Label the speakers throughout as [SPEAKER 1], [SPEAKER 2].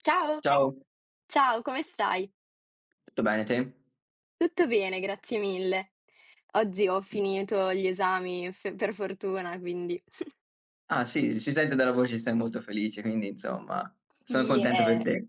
[SPEAKER 1] Ciao,
[SPEAKER 2] Ciao,
[SPEAKER 1] ciao, come stai?
[SPEAKER 2] tutto bene te?
[SPEAKER 1] Tutto bene, grazie mille. Oggi ho finito gli esami f per fortuna, quindi
[SPEAKER 2] Ah sì, si sente dalla voce che stai molto felice, quindi insomma sono
[SPEAKER 1] sì,
[SPEAKER 2] contento per te.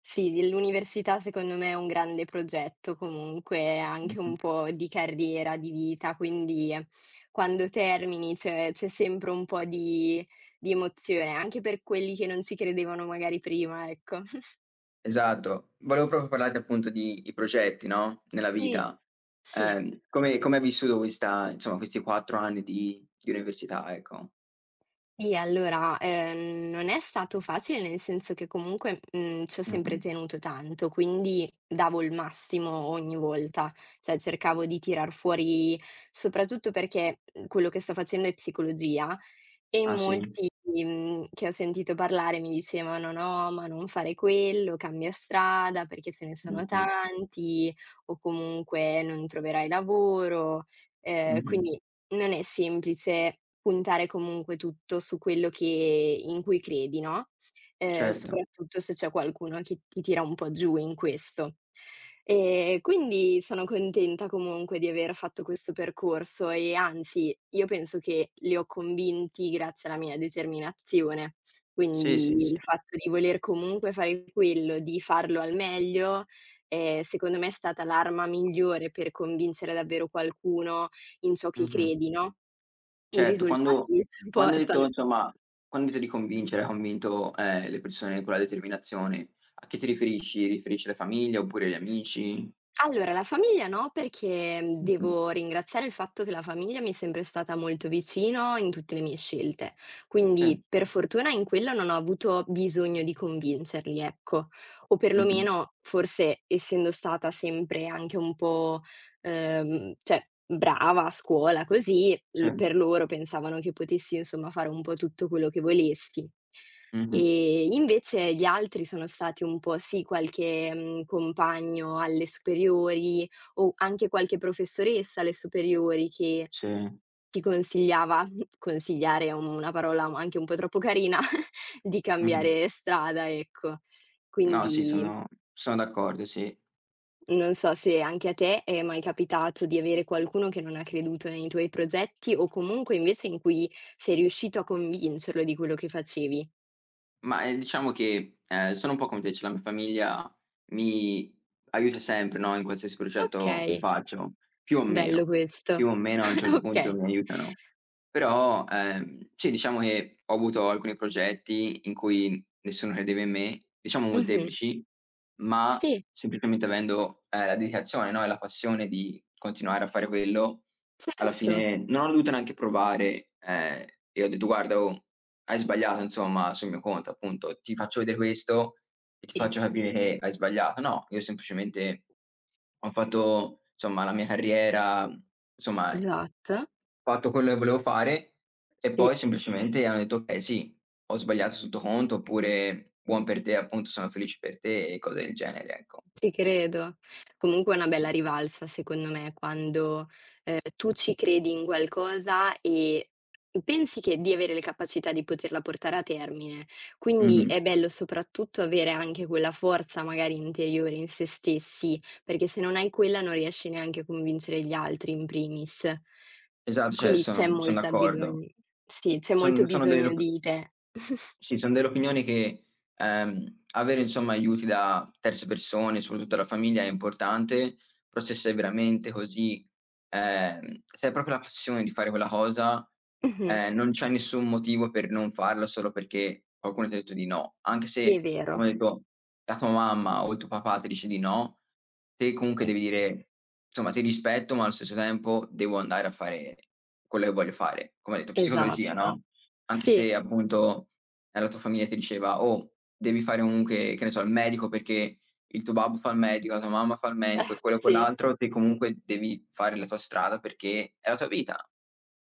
[SPEAKER 1] sì, l'università secondo me è un grande progetto comunque, anche un
[SPEAKER 2] Mh-mh.
[SPEAKER 1] po' di carriera, di vita, quindi quando termini c'è sempre un po' di emozione, anche per quelli che non ci credevano magari prima, ecco.
[SPEAKER 2] Esatto. Volevo proprio parlarti appunto di i progetti, no, nella
[SPEAKER 1] Sì,
[SPEAKER 2] vita.
[SPEAKER 1] sì.
[SPEAKER 2] Come hai vissuto questa insomma questi 4 anni di università, ecco?
[SPEAKER 1] Sì, allora, non è stato facile, nel senso che comunque, ci ho sempre
[SPEAKER 2] Mh-mh.
[SPEAKER 1] tenuto tanto, quindi davo il massimo ogni volta, cioè cercavo di tirar fuori soprattutto perché, quello che sto facendo è psicologia e in
[SPEAKER 2] Ah sì?
[SPEAKER 1] molti, che ho sentito parlare mi dicevano: "No, ma non fare quello, cambia strada perché ce ne sono
[SPEAKER 2] Mh-mh.
[SPEAKER 1] tanti o comunque non troverai lavoro". Ehm,
[SPEAKER 2] Mh-mh.
[SPEAKER 1] quindi non è semplice puntare comunque tutto su quello che in cui credi, no,
[SPEAKER 2] Certo.
[SPEAKER 1] soprattutto se c'è qualcuno che ti tira un po' giù in questo. Quindi sono contenta comunque di aver fatto questo percorso e anzi, io penso che li ho convinti grazie alla mia determinazione.
[SPEAKER 2] Sì,
[SPEAKER 1] Quindi
[SPEAKER 2] sì,
[SPEAKER 1] il
[SPEAKER 2] sì.
[SPEAKER 1] fatto di voler comunque fare quello, di farlo al meglio, secondo me è stata l'arma migliore per convincere davvero qualcuno in ciò che
[SPEAKER 2] Mh-mh.
[SPEAKER 1] credi, no, i
[SPEAKER 2] Certo, quando
[SPEAKER 1] risultati si
[SPEAKER 2] quando hai
[SPEAKER 1] portano.
[SPEAKER 2] detto insomma, quando ti devi convincere, hai convinto, le persone con la determinazione, a chi ti riferisci? Riferisci la famiglia oppure gli amici?
[SPEAKER 1] Allora, la famiglia no, perché,
[SPEAKER 2] Mh-mh.
[SPEAKER 1] devo ringraziare il fatto che la famiglia mi è sempre stata molto vicino in tutte le mie scelte. Quindi,
[SPEAKER 2] Sì.
[SPEAKER 1] per fortuna in quello non ho avuto bisogno di convincerli, ecco. O
[SPEAKER 2] Mh-mh.
[SPEAKER 1] perlomeno, forse essendo stata sempre anche un po', cioè brava a scuola così,
[SPEAKER 2] Sì.
[SPEAKER 1] l per loro pensavano che potessi insomma fare un po' tutto quello che volessi.
[SPEAKER 2] Mh-mh.
[SPEAKER 1] Invece gli altri sono stati un po' sì, qualche, compagno alle superiori o anche qualche professoressa alle superiori che
[SPEAKER 2] Sì.
[SPEAKER 1] ti consigliava consigliare è una parola anche un po' troppo carina, di
[SPEAKER 2] Mh-mh.
[SPEAKER 1] cambiare strada, ecco.
[SPEAKER 2] No, sì,
[SPEAKER 1] Quindi
[SPEAKER 2] sono d'accordo, sì.
[SPEAKER 1] non so se anche a te è mai capitato di avere qualcuno che non ha creduto nei tuoi progetti o comunque invece in cui sei riuscito a convincerlo di quello che facevi.
[SPEAKER 2] Ma, diciamo che, sono un po' come te, cioè la mia famiglia mi aiuta sempre, no, in qualsiasi progetto che
[SPEAKER 1] Okay.
[SPEAKER 2] faccio, più o
[SPEAKER 1] Bello
[SPEAKER 2] meno. Più
[SPEAKER 1] questo.
[SPEAKER 2] o meno a un certo punto
[SPEAKER 1] Okay.
[SPEAKER 2] mi aiutano. Però, sì, diciamo che ho avuto alcuni progetti in cui nessuno credeva in me, diciamo
[SPEAKER 1] Mh-mh.
[SPEAKER 2] molteplici, ma
[SPEAKER 1] Sì,
[SPEAKER 2] semplicemente avendo, la dedicazione, no, e la passione di continuare a fare quello, alla
[SPEAKER 1] certo.
[SPEAKER 2] fine non ho dovuto neanche provare, e ho detto: "Guarda, oh, hai sbagliato insomma sul mio conto, appunto, ti faccio vedere questo e ti
[SPEAKER 1] Sì,
[SPEAKER 2] faccio capire che hai sbagliato." No, io semplicemente ho fatto insomma la mia carriera, insomma, ho
[SPEAKER 1] esatto.
[SPEAKER 2] fatto quello che volevo fare e
[SPEAKER 1] Sì.
[SPEAKER 2] poi semplicemente hanno detto: "Okay, sì, ho sbagliato sul tuo conto." Oppure: "Buon per te, appunto, sono felice per te." E cose del genere, ecco.
[SPEAKER 1] Ci credo. Comunque è una bella
[SPEAKER 2] Sì.
[SPEAKER 1] rivalsa secondo me quando, tu ci credi in qualcosa e pensi che di avere le capacità di poterla portare a termine. Quindi
[SPEAKER 2] Mh-mh.
[SPEAKER 1] è bello soprattutto avere anche quella forza magari interiore in se stessi, perché se non hai quella non riesci neanche a convincere gli altri in primis.
[SPEAKER 2] Esatto, cioè
[SPEAKER 1] Quindi c'è
[SPEAKER 2] son
[SPEAKER 1] molta
[SPEAKER 2] d'accordo.
[SPEAKER 1] bisogn sì, c'è molto
[SPEAKER 2] Son sono dei lo
[SPEAKER 1] bisogno di te.
[SPEAKER 2] Sì, son delle opinioni che, avere insomma aiuti da terze persone, soprattutto la famiglia è importante, però se sei veramente così, se hai proprio la passione di fare quella cosa,
[SPEAKER 1] Mh-mh.
[SPEAKER 2] non c'è nessun motivo per non farla solo perché qualcuno ti ha detto di no. Anche
[SPEAKER 1] È
[SPEAKER 2] se,
[SPEAKER 1] vero.
[SPEAKER 2] come ho detto, la tua mamma o il tuo papà ti dice di no, te comunque
[SPEAKER 1] Sì,
[SPEAKER 2] devi dire: "Insomma ti rispetto, ma allo stesso tempo devo andare a fare quello che voglio fare." Come ho detto, psicologia,
[SPEAKER 1] esatto.
[SPEAKER 2] no? Anche
[SPEAKER 1] Sì,
[SPEAKER 2] se appunto, la tua famiglia ti diceva: "Oh, devi fare comunque" che ne so, "il medico perché il tuo babbo fa il medico, la tua mamma fa il
[SPEAKER 1] eh,
[SPEAKER 2] medico e quello e
[SPEAKER 1] sì.
[SPEAKER 2] quell'altro", te comunque devi fare la tua strada perché è la tua vita.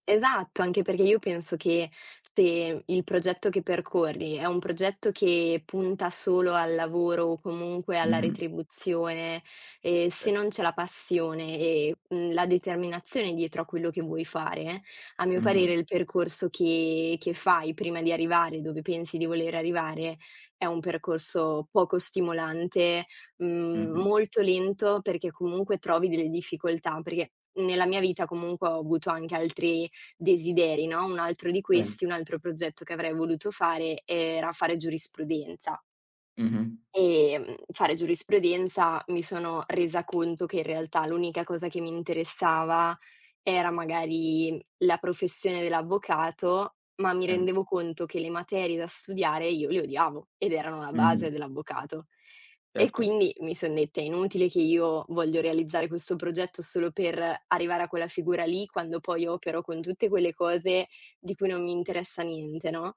[SPEAKER 1] Esatto, anche perché io penso che se il progetto che percorri è un progetto che punta solo al lavoro o comunque alla
[SPEAKER 2] Mh-mh.
[SPEAKER 1] retribuzione, e
[SPEAKER 2] Sì.
[SPEAKER 1] se non c'è la passione e, la determinazione dietro a quello che vuoi fare, a mio
[SPEAKER 2] Mh-mh.
[SPEAKER 1] parere il percorso che fai prima di arrivare dove pensi di voler arrivare, è un percorso poco stimolante,
[SPEAKER 2] Mh-mh.
[SPEAKER 1] molto lento perché comunque trovi delle difficoltà, perché nella mia vita comunque ho avuto anche altri desideri, no, un altro di
[SPEAKER 2] Sì.
[SPEAKER 1] questi, un altro progetto che avrei voluto fare era fare giurisprudenza.
[SPEAKER 2] Mh-mh.
[SPEAKER 1] Fare giurisprudenza mi sono resa conto che in realtà l'unica cosa che mi interessava era magari la professione dell'avvocato, ma mi
[SPEAKER 2] Sì.
[SPEAKER 1] rendevo conto che le materie da studiare io le odiavo ed erano la
[SPEAKER 2] Mh-mh.
[SPEAKER 1] base dell'avvocato. E
[SPEAKER 2] Certo.
[SPEAKER 1] quindi mi son detta: "È inutile che io voglio realizzare questo progetto solo per arrivare a quella figura lì, quando poi opero con tutte quelle cose di cui non mi interessa niente", no?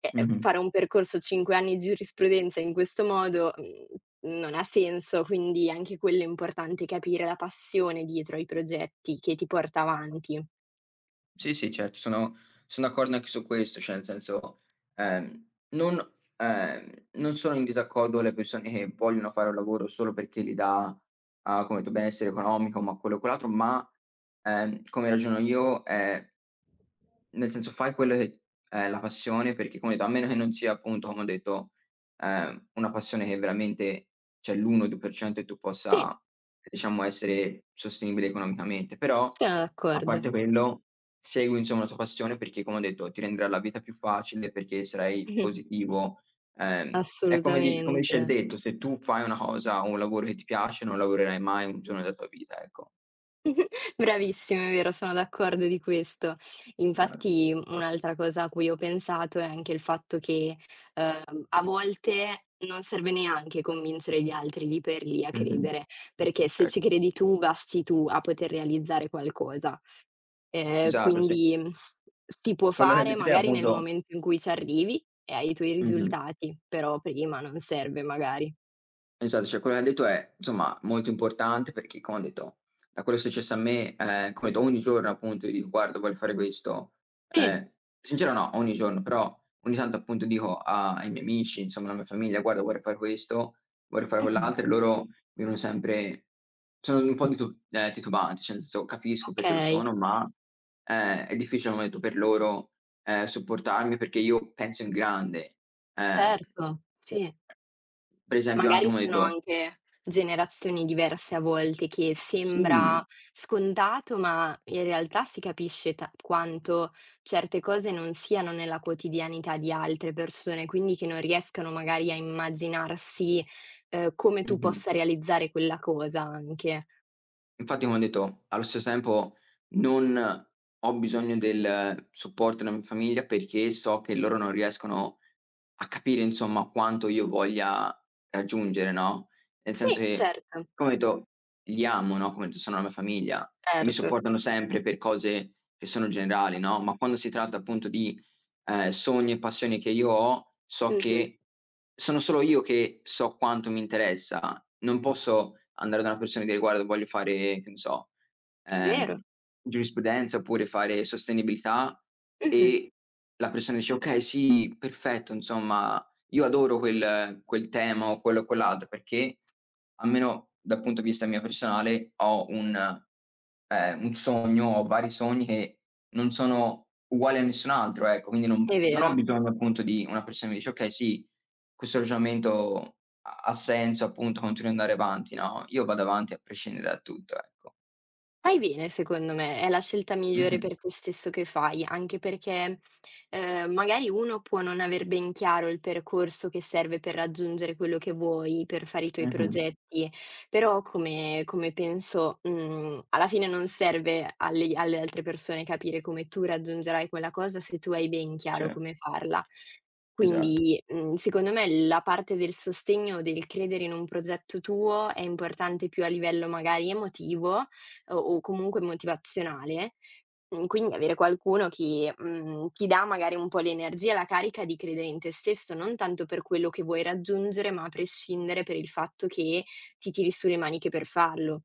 [SPEAKER 1] E
[SPEAKER 2] Mh-mh.
[SPEAKER 1] fare un percorso 5 anni di giurisprudenza in questo modo, non ha senso, quindi anche quello è importante, capire la passione dietro ai progetti che ti porta avanti.
[SPEAKER 2] Sì, sì, certo, sono d'accordo anche su questo, cioè nel senso, non sono in disaccordo le persone che vogliono fare un lavoro solo perché li dà, ah, come tu benessere economico, ma quello o quell'altro, ma, come ragiono io è nel senso fai quello che è la passione perché come ho detto, a meno che non sia appunto, come ho detto, una passione che veramente c'è l'1, 2% e tu
[SPEAKER 1] Sì,
[SPEAKER 2] possa, diciamo, essere sostenibile economicamente. Però,
[SPEAKER 1] sono
[SPEAKER 2] a
[SPEAKER 1] d'accordo.
[SPEAKER 2] parte quello, segui insomma la tua passione perché come ho detto, ti renderà la vita più facile, perché sarai
[SPEAKER 1] Mh-mh.
[SPEAKER 2] positivo. Ehm, è come di come dice
[SPEAKER 1] Assolutamente.
[SPEAKER 2] il detto: "Se tu fai una cosa o un lavoro che ti piace, non lavorerai mai un giorno della tua vita", ecco.
[SPEAKER 1] Bravissimo, è vero, sono d'accordo di questo.
[SPEAKER 2] Esatto.
[SPEAKER 1] Infatti un'altra cosa a cui ho pensato è anche il fatto che, a volte non serve neanche convincere gli altri lì per lì a
[SPEAKER 2] Mh-mh.
[SPEAKER 1] credere, perché se ci
[SPEAKER 2] Ecco.
[SPEAKER 1] credi tu, basti tu a poter realizzare qualcosa. Ehm,
[SPEAKER 2] Esatto, sì.
[SPEAKER 1] quindi si può
[SPEAKER 2] Quello che hai
[SPEAKER 1] fare
[SPEAKER 2] detto te
[SPEAKER 1] magari nel
[SPEAKER 2] appunto.
[SPEAKER 1] momento in cui ci arrivi e hai i tuoi
[SPEAKER 2] Mh-mh.
[SPEAKER 1] risultati, però prima non serve magari.
[SPEAKER 2] Esatto, cioè quello che hai detto è, insomma, molto importante perché come ho detto, da quello che è successo a me, come ho detto ogni giorno appunto io dico: "Guarda voglio fare questo."
[SPEAKER 1] Sì,
[SPEAKER 2] Ehm, sincero no, ogni giorno, però ogni tanto appunto dico a ai miei amici, insomma alla mia famiglia: "Guarda vorrei fare questo, vorrei fare
[SPEAKER 1] mh-mh,
[SPEAKER 2] quell'altro." E loro dicono sempre sono un po' titubanti, cioè nel senso capisco perché lo
[SPEAKER 1] okay,
[SPEAKER 2] sono, ma, è difficile come ho detto per loro, supportarmi perché io penso in grande. Ehm,
[SPEAKER 1] certo, sì.
[SPEAKER 2] per esempio anche
[SPEAKER 1] Magari
[SPEAKER 2] come ho
[SPEAKER 1] sono
[SPEAKER 2] detto.
[SPEAKER 1] anche generazioni diverse a volte, che
[SPEAKER 2] Sì, mh-mh.
[SPEAKER 1] sembra scontato, ma in realtà si capisce ta quanto certe cose non siano nella quotidianità di altre persone, quindi che non riescano magari a immaginarsi, come tu possa realizzare quella cosa anche.
[SPEAKER 2] Infatti come ho detto, allo stesso tempo non ho bisogno del supporto della mia famiglia perché so che loro non riescono a capire insomma quanto io voglia raggiungere, no, nel
[SPEAKER 1] Sì,
[SPEAKER 2] senso che,
[SPEAKER 1] certo,
[SPEAKER 2] come ho detto, li amo, no, come ho detto sono la mia famiglia e mi
[SPEAKER 1] certo.
[SPEAKER 2] supportano sempre per cose che sono generali, no, ma quando si tratta appunto di, sogni e passioni che io ho, so
[SPEAKER 1] Mh-mh,
[SPEAKER 2] che sono solo io che so quanto mi interessa. Non posso andare da una persona e dire: "Guarda, voglio fare", che ne so,
[SPEAKER 1] è vero.
[SPEAKER 2] ehm, giurisprudenza, oppure fare sostenibilità,
[SPEAKER 1] Mh-mh,
[SPEAKER 2] e la persona dice: "Okay, sì, perfetto, insomma, io adoro quel tema o quello o quell'altro", perché almeno dal punto di vista mio personale ho un, un sogno, ho vari sogni che non sono uguali a nessun altro, ecco. Quindi non
[SPEAKER 1] è
[SPEAKER 2] non ho
[SPEAKER 1] vero.
[SPEAKER 2] bisogno appunto di una persona che mi dice: "Okay, sì, questo ragionamento ha senso, appunto continui ad andare avanti", no, io vado avanti a prescindere da tutto, ecco.
[SPEAKER 1] Fai bene secondo me, è la scelta migliore
[SPEAKER 2] Mh-mh,
[SPEAKER 1] per te stesso che fai, anche perché, magari uno può non aver ben chiaro il percorso che serve per raggiungere quello che vuoi, per fare i tuoi
[SPEAKER 2] mh-mh,
[SPEAKER 1] progetti, però come penso, alla fine non serve alle altre persone capire come tu raggiungerai quella cosa se tu hai ben
[SPEAKER 2] ce
[SPEAKER 1] chiaro come farla.
[SPEAKER 2] esatto.
[SPEAKER 1] Quindi, secondo me la parte del sostegno, del credere in un progetto tuo è importante più a livello magari emotivo o comunque motivazionale, quindi avere qualcuno che, ti dà magari un po' l'energia e la carica di credere in te stesso, non tanto per quello che vuoi raggiungere, ma a prescindere per il fatto che ti tiri su le maniche per farlo.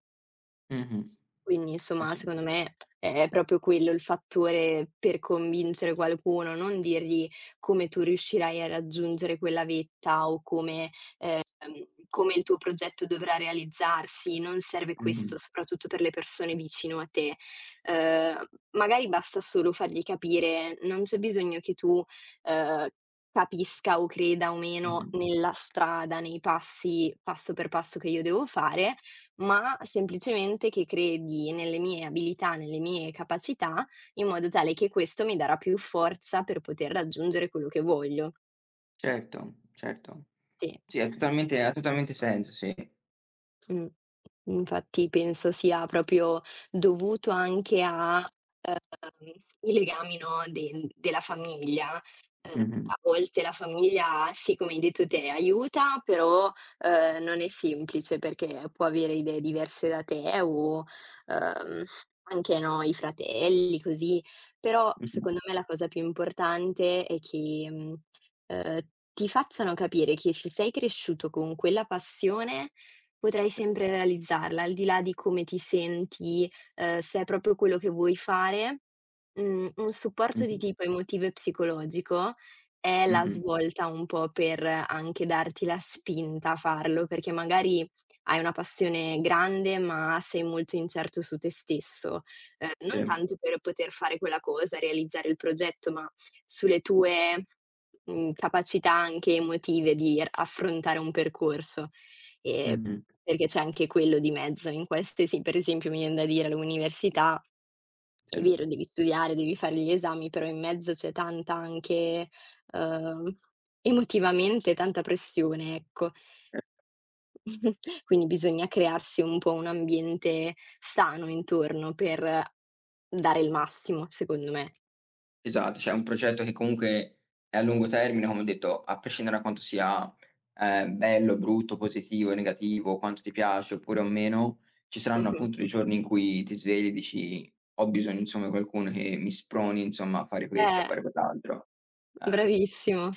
[SPEAKER 2] Mh-mh.
[SPEAKER 1] Quindi
[SPEAKER 2] Eh
[SPEAKER 1] insomma,
[SPEAKER 2] sì,
[SPEAKER 1] secondo me è proprio quello il fattore per convincere qualcuno, non dirgli come tu riuscirai a raggiungere quella vetta o come ehm, come il tuo progetto dovrà realizzarsi, non serve
[SPEAKER 2] mh-mh,
[SPEAKER 1] questo, soprattutto per le persone vicino a te. Ehm, magari basta solo fargli capire, non c'è bisogno che tu, ehm, capisca o creda o meno
[SPEAKER 2] mh-mh.
[SPEAKER 1] nella strada, nei passi, passo per passo che io devo fare, ma semplicemente che credi nelle mie abilità, nelle mie capacità, in modo tale che questo mi darà più forza per poter raggiungere quello che voglio.
[SPEAKER 2] Certo, certo.
[SPEAKER 1] Sì.
[SPEAKER 2] Sì, ha totalmente senso, sì.
[SPEAKER 1] Mh. Infatti penso sia proprio dovuto anche a ehm, i legami, no, de della famiglia. Ehm,
[SPEAKER 2] Mh-mh,
[SPEAKER 1] a volte la famiglia, sì, come hai detto te, aiuta, però, non è semplice perché può avere idee diverse da te o, ehm, anche, no, i fratelli, così. Però
[SPEAKER 2] mh-mh,
[SPEAKER 1] secondo me la cosa più importante è che, ehm, ti facciano capire che se sei cresciuto con quella passione, potrai
[SPEAKER 2] sì,
[SPEAKER 1] sempre realizzarla, al di là di come ti senti, se è proprio quello che vuoi fare. Un supporto di
[SPEAKER 2] mh-mh,
[SPEAKER 1] tipo emotivo e psicologico è la
[SPEAKER 2] mh-mh,
[SPEAKER 1] svolta un po' per anche darti la spinta a farlo, perché magari hai una passione grande, ma sei molto incerto su te stesso, non
[SPEAKER 2] sì,
[SPEAKER 1] tanto per poter fare quella cosa, realizzare il progetto, ma sulle tue, capacità anche emotive di r affrontare un percorso. Ehm,
[SPEAKER 2] mh-mh,
[SPEAKER 1] perché c'è anche quello di mezzo in qualsiasi per esempio mi vien da dire all'università è
[SPEAKER 2] sì.
[SPEAKER 1] vero, devi studiare, devi fare gli esami, però in mezzo c'è tanta anche, uhm, emotivamente tanta pressione, ecco.
[SPEAKER 2] Ce
[SPEAKER 1] Quindi bisogna crearsi un po' un ambiente sano intorno per dare il massimo, secondo me.
[SPEAKER 2] Esatto, cioè è un progetto che comunque è a lungo termine, come ho detto, a prescindere da quanto sia, bello, brutto, positivo, negativo, quanto ti piace oppure o meno, ci saranno
[SPEAKER 1] Mh-mh.
[SPEAKER 2] appunto dei giorni in cui ti svegli e dici: "Ho bisogno insomma di qualcuno che mi sproni insomma a fare questo, a
[SPEAKER 1] Eh,
[SPEAKER 2] fare quell'altro". Ehm
[SPEAKER 1] bravissimo,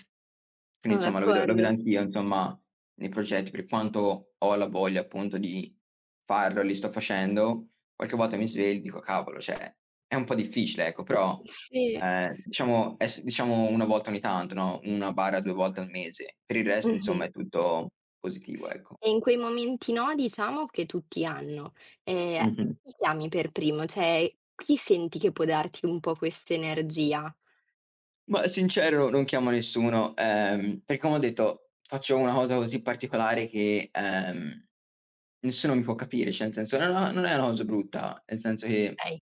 [SPEAKER 2] quindi
[SPEAKER 1] sono
[SPEAKER 2] insomma lo vedo
[SPEAKER 1] d'accordo.
[SPEAKER 2] anch'io insomma nei progetti, per quanto ho la voglia appunto di farlo, li sto facendo, qualche volta mi sveglio e dico: "Cavolo, cioè è un po' difficile", ecco, però,
[SPEAKER 1] Sì,
[SPEAKER 2] diciamo è s diciamo 1 volta ogni tanto, no, 1/2 volte al mese. Per il resto
[SPEAKER 1] mh-mh.
[SPEAKER 2] insomma è tutto positivo, ecco.
[SPEAKER 1] E in quei momenti no, diciamo, che tutti hanno, ehm,
[SPEAKER 2] Mh-mh.
[SPEAKER 1] chi chiami per primo? Cioè, chi senti che può darti un po' quest'energia?
[SPEAKER 2] Ma sincero non chiamo nessuno, perché come ho detto faccio una cosa così particolare che, nessuno mi può capire, cioè nel senso non è una cosa brutta, nel senso che,
[SPEAKER 1] Okay.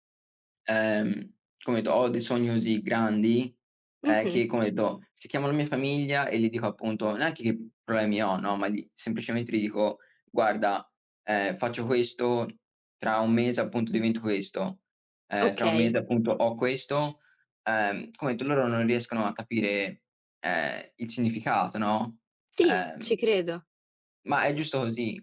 [SPEAKER 2] Ehm, come ho detto, ho dei sogni così grandi,
[SPEAKER 1] Mh-mh.
[SPEAKER 2] che come ho detto, se chiamo la mia famiglia e gli dico appunto neanche che problemi ho, no, ma gli semplicemente gli dico: "Guarda, faccio questo, tra un mese appunto divento questo, tra un
[SPEAKER 1] Okay.
[SPEAKER 2] mese appunto ho questo", come ho detto loro non riescono a capire, il significato, no,
[SPEAKER 1] Sì,
[SPEAKER 2] ehm
[SPEAKER 1] ci credo.
[SPEAKER 2] ma è giusto così.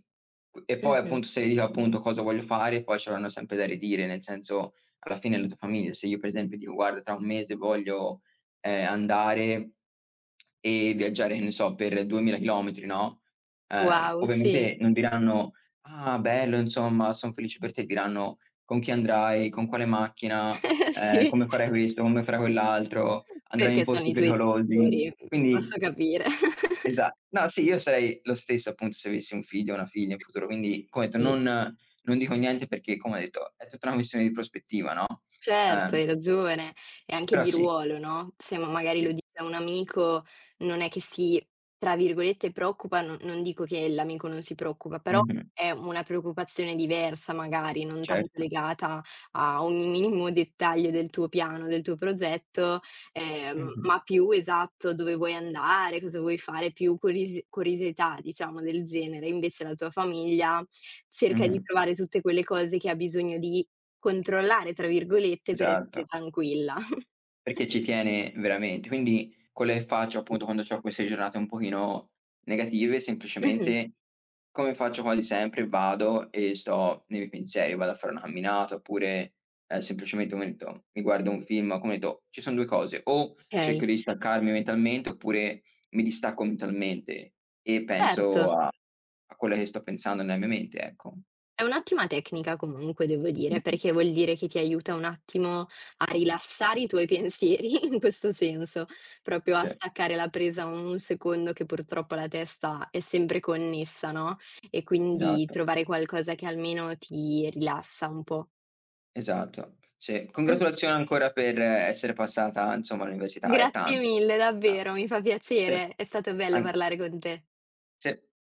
[SPEAKER 2] Q e poi
[SPEAKER 1] Mh-mh.
[SPEAKER 2] appunto, se io appunto cosa voglio fare, poi ce l'hanno sempre da ridire, nel senso, alla fine è la tua famiglia. Se io per esempio dico: "Guarda tra un mese voglio, andare e viaggiare", che ne so, per 2000 chilometri, no,
[SPEAKER 1] Wow, sì.
[SPEAKER 2] ovviamente non diranno: "Ah bello insomma, son felice per te", diranno: "Con chi andrai, con quale macchina,
[SPEAKER 1] Sì,
[SPEAKER 2] come farai questo, come farai quell'altro, andrai in
[SPEAKER 1] perché sono
[SPEAKER 2] posti
[SPEAKER 1] i tuoi
[SPEAKER 2] pericolosi".
[SPEAKER 1] genitori, posso
[SPEAKER 2] Quindi
[SPEAKER 1] capire.
[SPEAKER 2] Esa no, sì, io sarei lo stesso appunto se avessi un figlio o una figlia in futuro, quindi come ho detto
[SPEAKER 1] Sì.
[SPEAKER 2] non non dico niente perché come ho detto è tutta una questione di prospettiva, no,
[SPEAKER 1] Certo,
[SPEAKER 2] ehm,
[SPEAKER 1] hai ragione. E anche
[SPEAKER 2] però
[SPEAKER 1] di
[SPEAKER 2] sì,
[SPEAKER 1] ruolo, no, se magari lo
[SPEAKER 2] sì.
[SPEAKER 1] dice a un amico non è che si, tra virgolette, "preoccupa", no non dico che l'amico non si preoccupa, però
[SPEAKER 2] Mh-mh,
[SPEAKER 1] è una preoccupazione diversa magari, non tanto
[SPEAKER 2] certo.
[SPEAKER 1] legata a ogni minimo dettaglio del tuo piano, del tuo progetto,
[SPEAKER 2] Mh-mh,
[SPEAKER 1] ma più, esatto, dove vuoi andare, cosa vuoi fare, più curisi curiosità diciamo del genere. Invece la tua famiglia cerca
[SPEAKER 2] mh-mh,
[SPEAKER 1] di trovare tutte quelle cose che ha bisogno di "Controllare" tra virgolette per essere
[SPEAKER 2] esatto.
[SPEAKER 1] tranquilla.
[SPEAKER 2] Perché ci tiene veramente. Quindi quello che faccio,
[SPEAKER 1] Sì.
[SPEAKER 2] appunto, quando c'ho queste giornate un pochino negative,
[SPEAKER 1] Mh-mh.
[SPEAKER 2] semplicemente, come faccio quasi sempre, vado e sto nei miei pensieri, vado a fare una camminata oppure, semplicemente come detto, mi guardo un film, come detto, ci son 2 cose: o cerco
[SPEAKER 1] Okay.
[SPEAKER 2] di staccarmi mentalmente oppure mi distacco mentalmente e
[SPEAKER 1] Certo,
[SPEAKER 2] penso a quello che sto pensando nella mia mente, ecco.
[SPEAKER 1] è un'ottima tecnica comunque devo dire,
[SPEAKER 2] Mh-mh.
[SPEAKER 1] perché vuol dire che ti aiuta un attimo a rilassare i tuoi pensieri in questo senso, proprio a
[SPEAKER 2] Sì, mh.
[SPEAKER 1] staccare la presa un secondo che purtroppo la testa è sempre connessa, no, e quindi
[SPEAKER 2] Esatto.
[SPEAKER 1] trovare qualcosa che almeno ti rilassa un po'.
[SPEAKER 2] Esatto, sì.
[SPEAKER 1] Mh.
[SPEAKER 2] Congratulazioni ancora per essere passata, insomma, all'università, è
[SPEAKER 1] Grazie
[SPEAKER 2] tanto.
[SPEAKER 1] mille
[SPEAKER 2] Ah,
[SPEAKER 1] davvero, mi fa
[SPEAKER 2] sì,
[SPEAKER 1] piacere. È stato bello
[SPEAKER 2] anche
[SPEAKER 1] parlare con te.
[SPEAKER 2] sì.